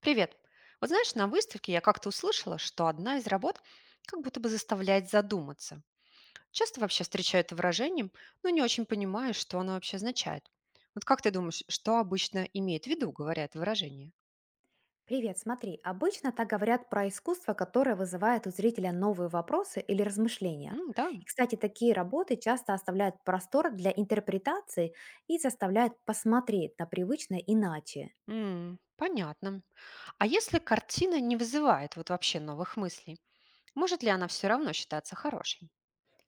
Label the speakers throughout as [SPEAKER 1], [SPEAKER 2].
[SPEAKER 1] Привет. Вот знаешь, на выставке я как-то услышала, что одна из работ как будто бы заставляет задуматься. Часто вообще встречаю это выражением, но не очень понимаю, что оно вообще означает. Вот как ты думаешь, что обычно имеет в виду, говоря это выражение?
[SPEAKER 2] Привет, смотри, обычно так говорят про искусство, которое вызывает у зрителя новые вопросы или размышления.
[SPEAKER 1] М, да.
[SPEAKER 2] И, кстати, такие работы часто оставляют простор для интерпретации и заставляют посмотреть на привычное иначе.
[SPEAKER 1] М, понятно. А если картина не вызывает вот вообще новых мыслей, может ли она все равно считаться хорошей?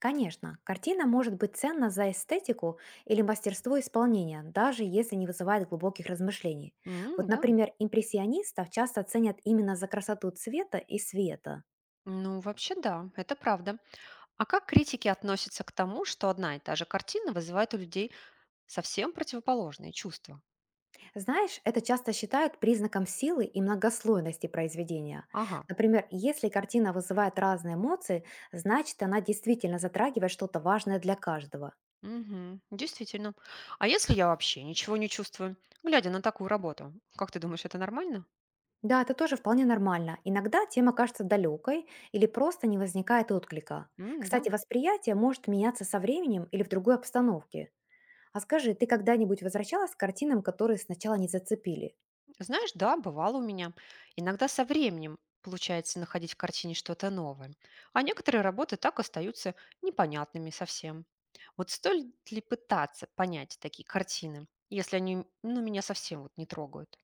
[SPEAKER 2] Конечно, картина может быть ценна за эстетику или мастерство исполнения, даже если не вызывает глубоких размышлений. Вот,
[SPEAKER 1] М, да.
[SPEAKER 2] например, импрессионистов часто ценят именно за красоту цвета и света.
[SPEAKER 1] Ну, вообще да, это правда. А как критики относятся к тому, что одна и та же картина вызывает у людей совсем противоположные чувства.
[SPEAKER 2] Знаешь, это часто считают признаком силы и многослойности произведения.
[SPEAKER 1] Ага.
[SPEAKER 2] Например, если картина вызывает разные эмоции, значит она действительно затрагивает что-то важное для каждого.
[SPEAKER 1] Мгм. Действительно. А если я вообще ничего не чувствую, глядя на такую работу? Как ты думаешь, это нормально?
[SPEAKER 2] Да, это тоже вполне нормально. Иногда тема кажется далекой или просто не возникает отклика.
[SPEAKER 1] М, да.
[SPEAKER 2] Кстати, восприятие может меняться со временем или в другой обстановке. А скажи, ты когда-нибудь возвращалась к картинам, которые сначала не зацепили?
[SPEAKER 1] Знаешь, да, бывало у меня. Иногда со временем получается находить в картине что-то новое. А некоторые работы так остаются непонятными совсем. Вот стоит ли пытаться понять такие картины, если они, ну, меня совсем вот не трогают?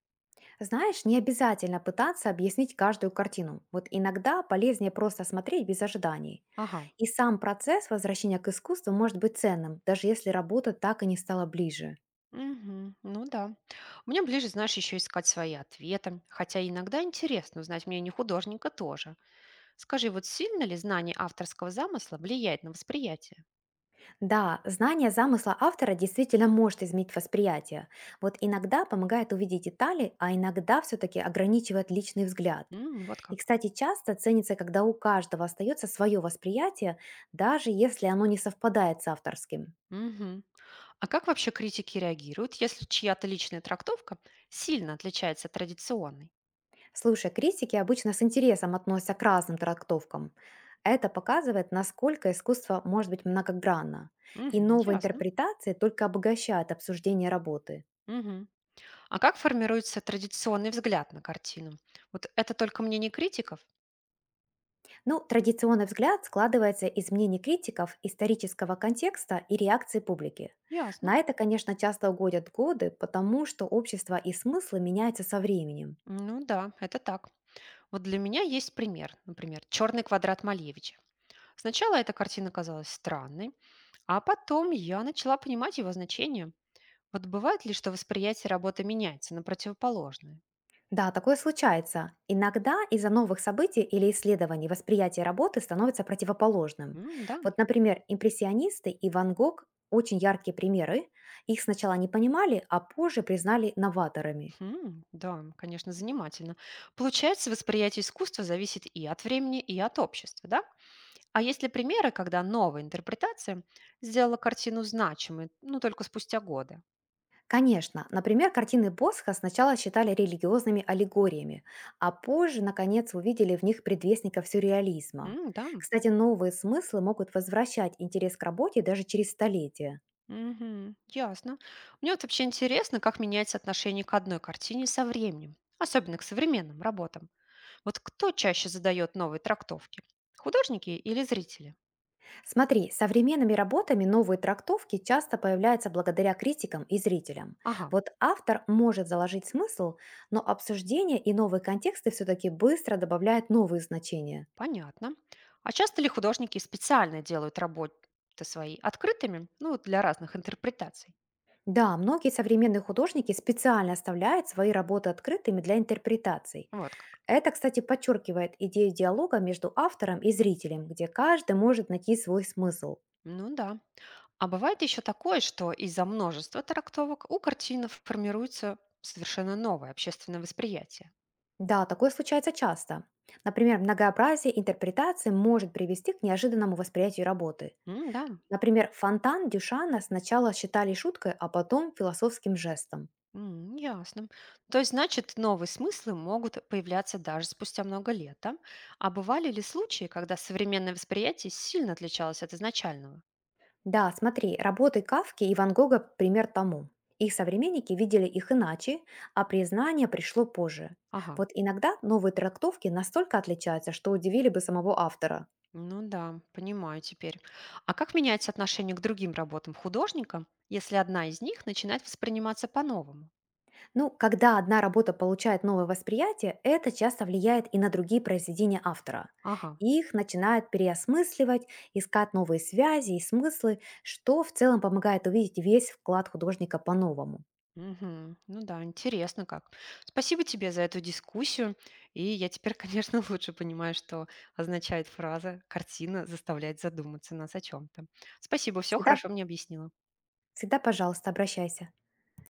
[SPEAKER 2] Знаешь, не обязательно пытаться объяснить каждую картину. Вот иногда полезнее просто смотреть без ожиданий.
[SPEAKER 1] Ага.
[SPEAKER 2] И сам процесс возвращения к искусству может быть ценным, даже если работа так и не стала ближе.
[SPEAKER 1] Мгм. Ну да. Мне ближе, знаешь, еще искать свои ответы, хотя иногда интересно узнать мнение художника тоже. Скажи, вот сильно ли знание авторского замысла влияет на восприятие?
[SPEAKER 2] Да, знание замысла автора действительно может изменить восприятие. Вот иногда помогает увидеть детали, а иногда все-таки ограничивает личный взгляд.
[SPEAKER 1] М, вот
[SPEAKER 2] И,
[SPEAKER 1] как.
[SPEAKER 2] кстати, часто ценится, когда у каждого остается свое восприятие, даже если оно не совпадает с авторским.
[SPEAKER 1] Мгм. А как вообще критики реагируют, если чья-то личная трактовка сильно отличается от традиционной?
[SPEAKER 2] Слушай, критики обычно с интересом относятся к разным трактовкам. Это показывает, насколько искусство может быть многогранно. И
[SPEAKER 1] Мгм,
[SPEAKER 2] новые
[SPEAKER 1] ясно.
[SPEAKER 2] интерпретации только обогащают обсуждение работы.
[SPEAKER 1] Мгм. А как формируется традиционный взгляд на картину? Вот это только мнение критиков?
[SPEAKER 2] Ну, традиционный взгляд складывается из мнений критиков, исторического контекста и реакции публики.
[SPEAKER 1] Ясно.
[SPEAKER 2] На это, конечно, часто угодят годы, потому что общество и смыслы меняются со временем.
[SPEAKER 1] Ну да, это так. Вот для меня есть пример, например, «Черный квадрат» Малевича. Сначала эта картина казалась странной, а потом я начала понимать его значение. Вот бывает ли, что восприятие работы меняется на противоположное?
[SPEAKER 2] Да, такое случается. Иногда из-за новых событий или исследований восприятие работы становится противоположным.
[SPEAKER 1] М, да.
[SPEAKER 2] Вот, например, импрессионисты и Ван Гог– очень яркие примеры. Их сначала не понимали, а позже признали новаторами.
[SPEAKER 1] Хм, да, конечно, занимательно. Получается, восприятие искусства зависит и от времени, и от общества, да? А есть ли примеры, когда новая интерпретация сделала картину значимой, ну, только спустя годы?
[SPEAKER 2] Конечно, например, картины Босха сначала считали религиозными аллегориями, а позже, наконец, увидели в них предвестников сюрреализма.
[SPEAKER 1] М, да.
[SPEAKER 2] Кстати, новые смыслы могут возвращать интерес к работе даже через столетия.
[SPEAKER 1] Мгм. Ясно. Мне вот вообще интересно, как меняется отношение к одной картине со временем, особенно к современным работам. Вот кто чаще задает новые трактовки? Художники или зрители?
[SPEAKER 2] Смотри, современными работами новые трактовки часто появляются благодаря критикам и зрителям.
[SPEAKER 1] Ага,
[SPEAKER 2] Вот автор может заложить смысл, но обсуждение и новые контексты все-таки быстро добавляют новые значения.
[SPEAKER 1] понятно. А часто ли художники специально делают работы свои открытыми, ну, вот для разных интерпретаций?
[SPEAKER 2] Да, многие современные художники специально оставляют свои работы открытыми для интерпретаций.
[SPEAKER 1] Вот как.
[SPEAKER 2] Это, кстати, подчеркивает идею диалога между автором и зрителем, где каждый может найти свой смысл.
[SPEAKER 1] Ну да. А бывает еще такое, что из-за множества трактовок у картин формируется совершенно новое общественное восприятие.
[SPEAKER 2] Да, такое случается часто. Например, многообразие интерпретации может привести к неожиданному восприятию работы.
[SPEAKER 1] М, да.
[SPEAKER 2] Например, фонтан Дюшана сначала считали шуткой, а потом философским жестом.
[SPEAKER 1] М, ясно. То есть, значит, новые смыслы могут появляться даже спустя много лет, да? А бывали ли случаи, когда современное восприятие сильно отличалось от изначального?
[SPEAKER 2] Да, смотри, работы Кавки и Ван Гога– пример тому. Их современники видели их иначе, а признание пришло позже.
[SPEAKER 1] Ага,
[SPEAKER 2] Вот иногда новые трактовки настолько отличаются, что удивили бы самого автора.
[SPEAKER 1] ну да, понимаю теперь. А как меняется отношение к другим работам художника, если одна из них начинает восприниматься по-новому?
[SPEAKER 2] Ну, когда одна работа получает новое восприятие, это часто влияет и на другие произведения автора.
[SPEAKER 1] Ага.
[SPEAKER 2] Их начинают переосмысливать, искать новые связи и смыслы, что в целом помогает увидеть весь вклад художника по-новому.
[SPEAKER 1] Мгм. Ну да, интересно как. Спасибо тебе за эту дискуссию. И я теперь, конечно, лучше понимаю, что означает фраза «картина заставляет задуматься нас о чем-то». Спасибо, все
[SPEAKER 2] Всегда,
[SPEAKER 1] хорошо мне объяснила.
[SPEAKER 2] всегда, пожалуйста, обращайся.